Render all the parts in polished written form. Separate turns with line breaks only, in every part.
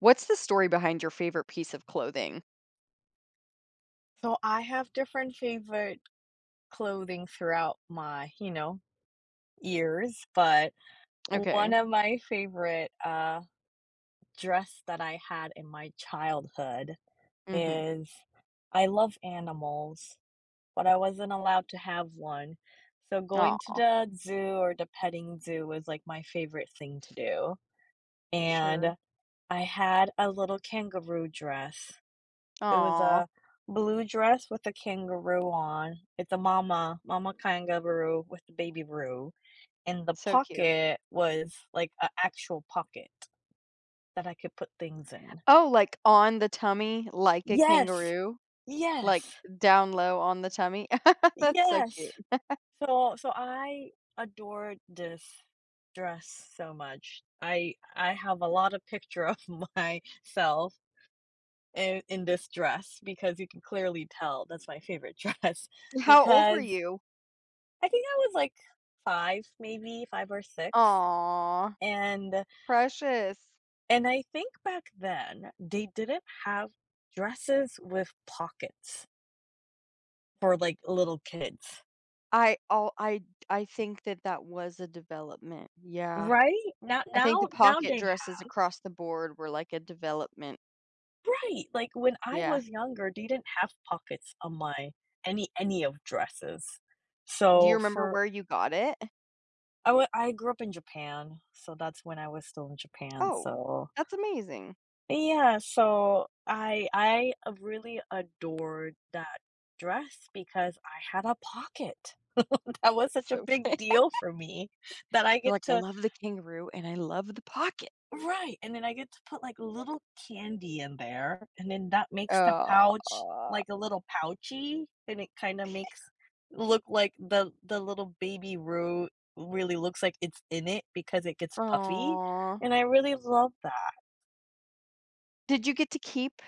What's the story behind your favorite piece of clothing?
So I have different favorite clothing throughout my, you know, years, but one
Okay.
of my favorite dress that I had in my childhood
Mhm.
is I love animals, but I wasn't allowed to have one. So going to
Aw,
the zoo or the petting zoo was like my favorite thing to do. And
sure.
I had a little kangaroo dress. There was
Aw,
a blue dress with a kangaroo on. It's a mama kangaroo with the baby roo, and the
so cute.
pocket was like an actual pocket that I could put things in.
Oh, like on the tummy, like a
Yes!
kangaroo? Like
Yes!
down low on the tummy? That's so cute.
Yes! So I adored this dress so much. I have a lot of picture of myself in this dress because you can clearly tell that's my favorite dress
How old were
because
you?
I think I was like 5 maybe, 5 or 6,
Aw,
and
precious.
and I think back then, they didn't have dresses with pockets for, like, little kids,
I I think that that was a development. Yeah.
right? Now
I think the
now now
pocket
they
dresses
ha
across the board were like a development.
Right, like, when I
Yeah.
was younger, they didn't have pockets on my any of dresses.
Do you
So
remember
for
where you got it?
I grew up in Japan, so that's when I was still in Japan,
Oh,
so
that's amazing.
yeah, so I really adored that dress because I had a pocket. That was
That's
such a
so
big
funny.
deal for me that I
They're
get
like, "I
to
love the kangaroo and I love the pocket."
right, and then I get to put, like, little candy in there, and then that makes the
Oh,
pouch, like, a little pouchy, and it kinda makes look like the little baby root really looks like it's in it because it gets puffy,
oh.
and I really love that.
Did you get to keep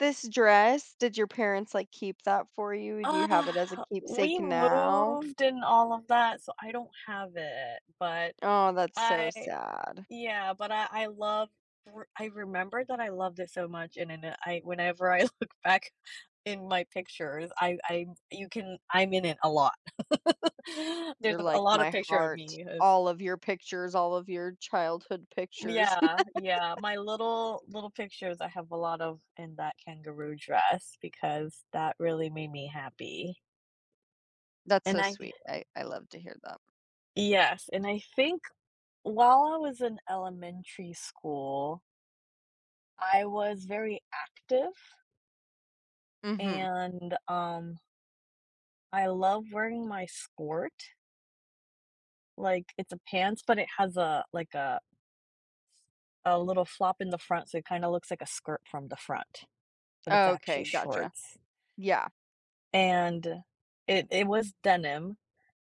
this dress? Did your parents, like, keep that for you? Do you have it as a
Ah, we
keepsake now?
moved and all of that, so I don't have it, but
Oh, that's so
I
sad.
yeah, but I love r I remember that I loved it so much, and I whenever I look back in my pictures, I you can I'm in it a lot. There's
You're
a
like
lot of
my
picture of
heart.
me is
All of your pictures, all of your childhood pictures.
yeah, yeah, my little pictures I have a lot of in that kangaroo dress because that really made me happy,
That's
and
so
I
sweet. I love to hear that.
yes, and I think while I was in elementary school, I was very active
Mhm.
and, I love wearing my skirt. Like, it's a pants, but it has a like a little flop in the front, so it kinda looks like a skirt from the front, but it's actually
Okay, gotcha.
shorts.
Yeah.
And it was denim,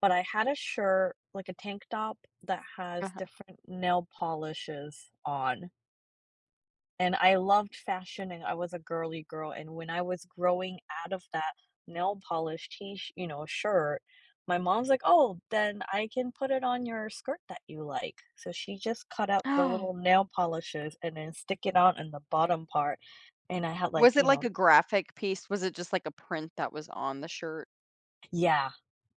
but I had a shirt, like a tank top that has different nail polishes on. And I loved fashion and I was a girly girl, and when I was growing out of that nail polish t sh you know, shirt, my mom's like, "Oh, then I can put it on your skirt that you like." So she just cut out the
Uh-huh.
little nail polishes and then stick it on in the bottom part, and I had like,
Was it
you
like
know
a graphic piece? Was it just like a print that was on the shirt?
yeah,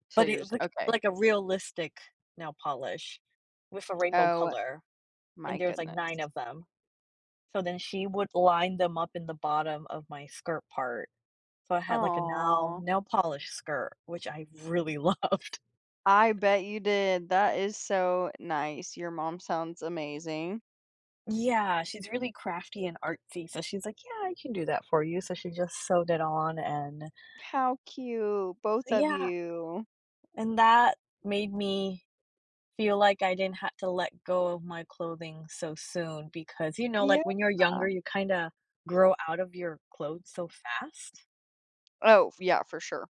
So
but
you're
it
just
looked
okay.
like a realistic nail polish with a rainbow
Oh
color, and
my
there's like 9
goodness.
of them. So then she would line them up in the bottom of my skirt part. So I had like a nail
Aw.
nail polish skirt, which I really loved.
I bet you did. That is so nice. Your mom sounds amazing.
Yeah, she's really crafty and artsy, so she's like, "Yeah, I can do that for you." So she just sewed it on and
How cute, both of
yeah,
you.
and that made me feel like I didn't have to let go of my clothing so soon because, you know,
Yeah.
like when you're younger, you kinda grow out of your clothes so fast.
Oh, yeah, for sure.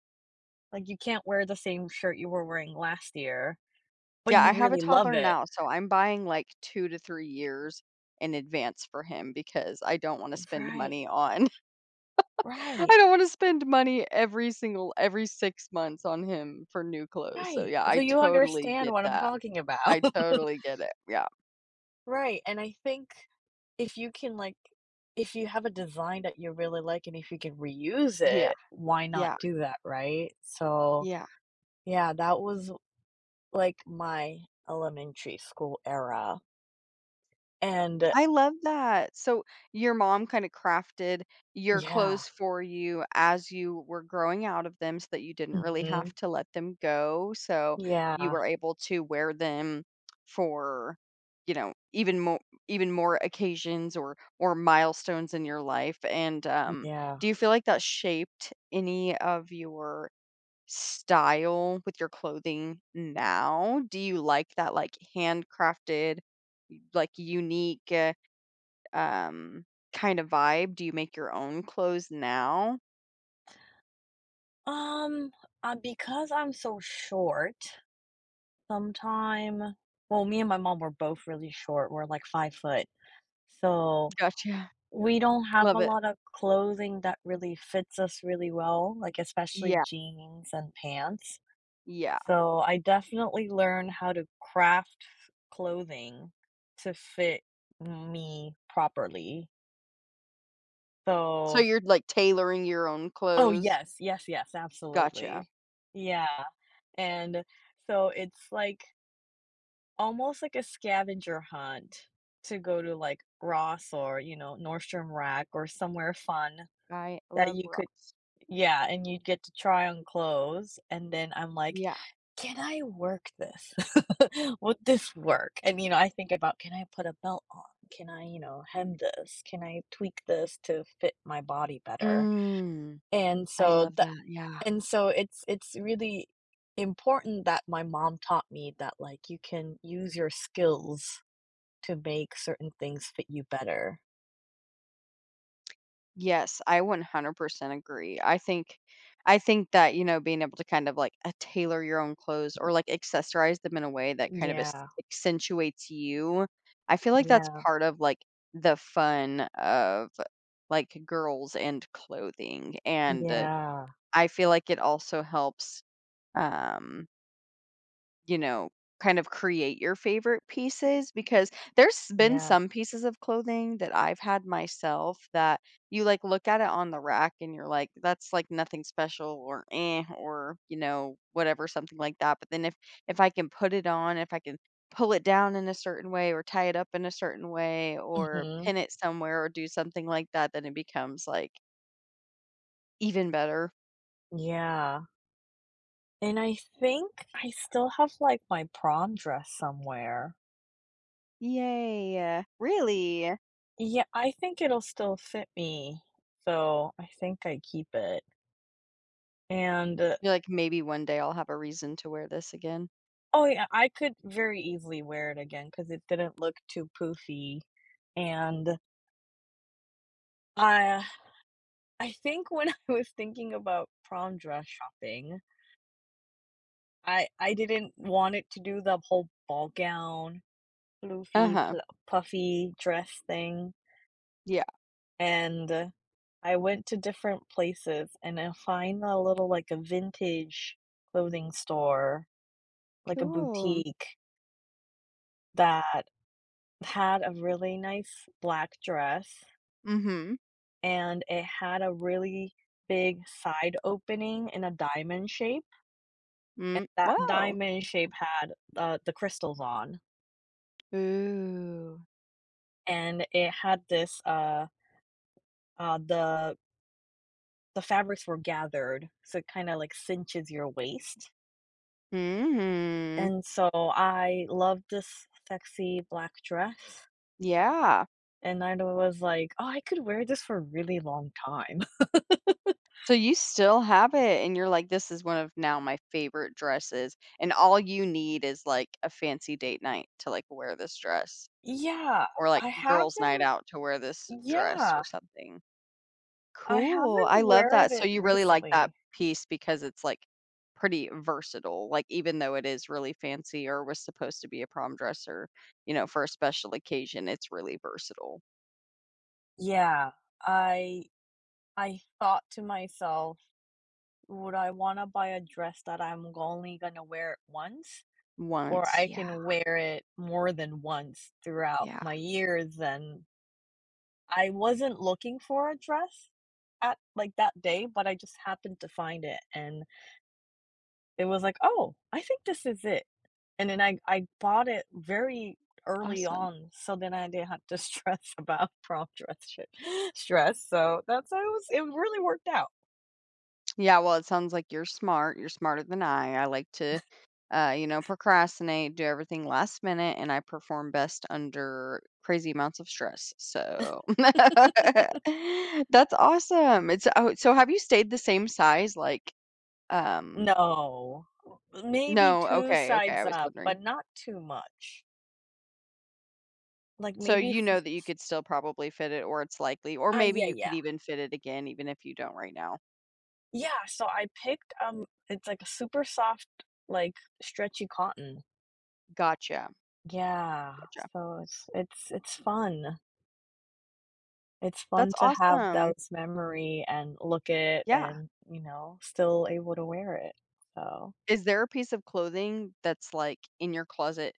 Like you can't wear the same shirt you were wearing last year, but
Yeah, I
you
have a
really love
toddler
it.
now, so I'm buying like 2 to 3 years in advance for him because I don't wanna spend
Right,
money on. I
right.
don't wanna spend money every 6 months on him for new clothes. So
Right,
yeah,
so
I
you
totally
understand
get
what I'm
that.
talking about.
I totally get it. Yeah.
Right, and I think if you can, like if you have a design that you really like and if you can reuse
Yeah,
it, why not
yeah,
do that, right? So,
yeah.
yeah, that was, like, my elementary school era, and
I love that. So your mom kinda crafted your
yeah.
clothes for you as you were growing out of them so that you didn't really have
Mhm.
to let them go. So you
Yeah,
were able to wear them for, you know, even more occasions or milestones in your life. And
yeah.
do you feel like that shaped any of your style with your clothing now? Do you like that like handcrafted like, unique, um, kind of vibe? Do you make your own clothes now?
Um, because I'm so short, sometime well, me and my mom were both really short, we're, like, 5 foot, so
Gotcha.
we don't have a
Love it.
lot of clothing that really fits us really well, like, especially
Yeah,
jeans and pants.
yeah.
So I definitely learned how to craft clothing to fit me properly.
So
So
you're, like, tailoring your own
oh,
clothes?
yes, yes, yes,
Gotcha.
absolutely. Yeah, and so it's, like, almost like a scavenger hunt to go to, like, Ross or, you know, Nordstrom Rack or somewhere fun
I
that
love
you could
Ross.
yeah, and you'd get to try on clothes, and then I'm like,
Yeah.
"Can I work this? Would this work?" And, you know, I think about, "Can I put a belt on? Can I, you know, hem this? Can I tweak this to fit my body better?"
Mm.
And
I
so
love
the
that, yeah.
and so it's really important that my mom taught me that, like, you can use your skills to make certain things fit you better.
Yes, I 100% agree. I think that, you know, being able to kind of like tailor your own clothes or like accessorize them in a way that kind of
Yeah,
accentuates you. I feel like that's
yeah,
part of like the fun of like girls and clothing. And
yeah,
I feel like it also helps um you know, kind of create your favorite pieces because there's been
yeah.
some pieces of clothing that I've had myself that you like look at it on the rack and you're like, that's like nothing special or eh or you know, whatever, something like that. But then if I can put it on, if I can pull it down in a certain way or tie it up in a certain way or
Mhm,
pin it somewhere or do something like that, then it becomes like even better.
yeah. And I think I still have, like, my prom dress somewhere.
Yay. Really?
Yeah, I think it'll still fit me, so I think I keep it. And, uh
You're like, maybe one day I'll have a reason to wear this again.
oh, yeah, I could very easily wear it again because it didn't look too poofy, and I I think when I was thinking about prom dress shopping, I didn't want it to do the whole ball gown, floofy,
Uh-huh.
pl puffy dress thing.
Yeah.
And I went to different places and I find a little, like, a vintage clothing store, like a
Cool.
boutique that had a really nice black dress,
Mhm.
and it had a really big side opening in a diamond shape, and
Mm.
that
Whoa.
diamond shape had, the crystals on,
Ooh.
and it had this, the fabrics were gathered, so it kinda, like, cinches your waist,
Mhm.
and so I loved this sexy black dress,
Yeah.
and I was like, "Oh, I could wear this for a really long time."
So you still have it and you're like, "This is one of now my favorite dresses," and all you need is, like, a fancy date night to, like, wear this dress
Yeah,
or, like,
I
girls' night
haven't
out to wear this dress
yeah,
or something.
I
Cool,
haven't
I love that.
worn
So
it
you really like that
recently.
piece because it's, like, pretty versatile, like, even though it is really fancy or was supposed to be a prom dress or, you know, for a special occasion, it's really versatile.
Yeah, I I thought to myself, "Would I wanna buy a dress that I'm only gonna wear it once, or
Once,
I
yeah,
can wear it more than once throughout
yeah,
my years? And I wasn't looking for a dress at like, that day, but I just happened to find it, and it was like, "Oh, I think this is it." And then I bought it very early
awesome.
on, so then I didn't have to stress about prom dress shit stress, so that's how it was it really worked out.
Yeah, well, it sounds like you're smart. You're smarter than I. I like to, you know, procrastinate, do everything last minute, and I perform best under crazy amounts of stress. So that's awesome. It's oh, so have you stayed the same size? Like, um,
No. Maybe
no,
2
okay, okay. I
sides
was
up,
wondering.
but not too much. Like,
So
maybe f
you know that you could still probably fit it, or it's likely, or maybe
yeah,
you could
yeah.
even fit it again, even if you don't right now.
Yeah, so I picked, it's like a super soft, like, stretchy cotton.
Gotcha.
Yeah,
Gotcha.
so it's it's fun. It's
That's
fun to have
awesome.
those memory and look it
Yeah.
and, you know, still able to wear it. So,
Is there a piece of clothing that's, like, in your closet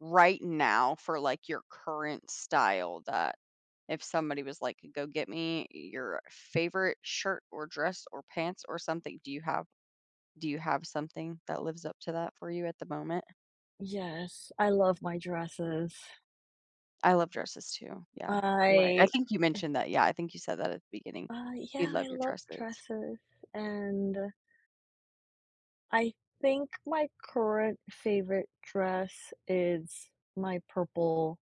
right now for, like, your current style that if somebody was like, "Go get me your favorite shirt or dress or pants or something," do you have something that lives up to that for you at the moment?
yes, I love my dresses.
I love dresses too. Yeah, you're right. I
I
think you mentioned that. Yeah, I think you said that at the beginning. You
yeah,
love
I
your
love
dresses.
dresses and I think my current favorite dress is my purple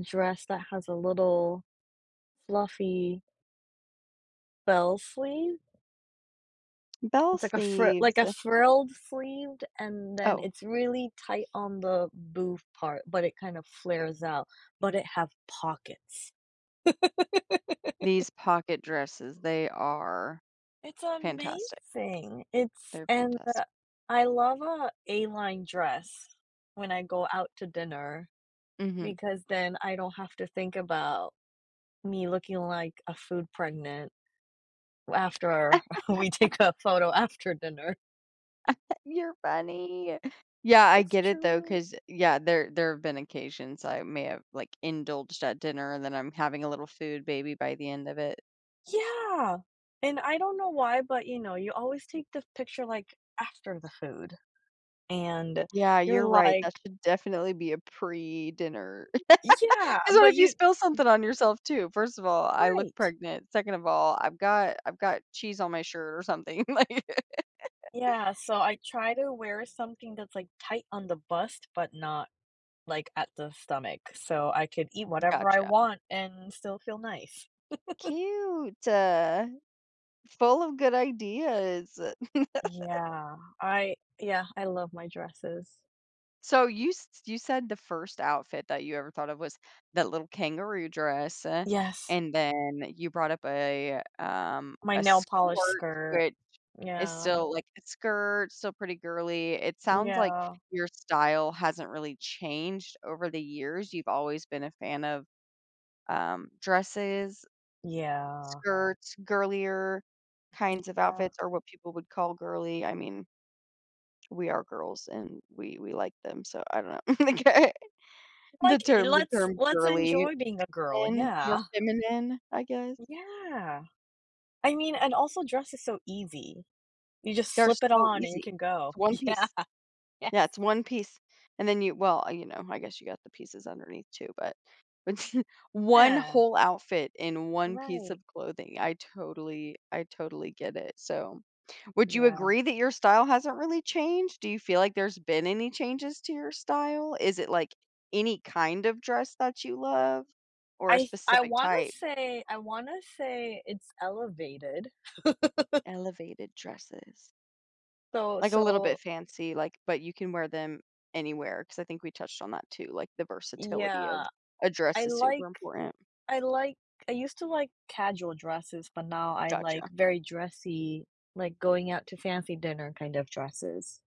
dress that has a little fluffy bell sleeve.
Bell
It's like a fr like
sleeves.
a frilled sleeved, and then
Oh,
it's really tight on the boof part, but it kind of flares out, but it have pockets.
these pocket dresses, they are
It's
fantastic.
amazing. It's
They're
and
fantastic.
the I love a A-line dress when I go out to dinner
Mhm.
because then I don't have to think about me looking like a food pregnant after we take a photo after dinner.
You're funny. Yeah, I
It's
get it though,
true.
cause yeah, there have been occasions I may have like indulged at dinner and then I'm having a little food baby by the end of it.
Yeah, and I don't know why, but, you know, you always take the picture, like, after the food, and
Yeah,
you're
you're right.
like
That should definitely be a pre-dinner. dinner.
yeah,
Because what
but
if you
you
spill something on yourself too? First of all, I look
right,
pregnant. Second of all, I've got cheese on my shirt or something. Like,
yeah, so I try to wear something that's, like, tight on the bust, but not, like, at the stomach, so I could eat whatever I
gotcha.
want and still feel nice.
Cute. Full of good ideas.
Yeah, I love my dresses.
So you you said the first outfit that you ever thought of was that little kangaroo dress,
Yes,
and then you brought up
my
a
nail polish
skirt,
skirt.
which is
Yeah,
still like a skirt, still pretty girly. It sounds like
yeah,
your style hasn't really changed over the years. You've always been a fan of dresses,
yeah,
skirts, girlier kinds of
yeah.
outfits, or what people would call girly. I mean, we are girls and we like them, so I don't know. Okay. The
Like, eh,
term the
let's
term
let's
girly
enjoy being a girl,
and more
yeah.
feminine, I guess.
Yeah. I mean, and also dress is so easy. You just
They're
slip it
so
on and you
easy.
can go.
It's one
Yeah,
piece.
yes.
Yeah, it's one piece, and then you well, you know, I guess you got the pieces underneath too, but one
Yeah,
whole outfit in one piece
right.
of clothing. I totally get it. So, would you
Yeah.
agree that your style hasn't really changed? Do you feel like there's been any changes to your style? Is it, like, any kind of dress that you love or a
I I
specific
wanna
type?
say I wanna say it's elevated.
Elevated dresses.
So
Like, a little bit
so
fancy, like, but you can wear them anywhere because I think we touched on that too, like, the versatility of
yeah,
a dress
I
is super
like
important.
I like I used to like casual dresses, but now I like
Gotcha.
very dressy, like going out to fancy dinner kind of dresses.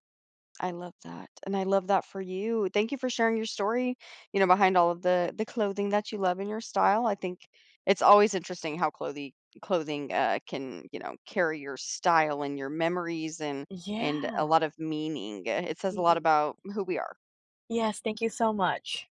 I love that, and I love that for you. Thank you for sharing your story, you know, behind all of the clothing that you love in your style. I think it's always interesting how clothing can, you know, carry your style and your memories and a
Yeah.
lot of meaning. It says a lot about who we are.
Yes, thank you so much.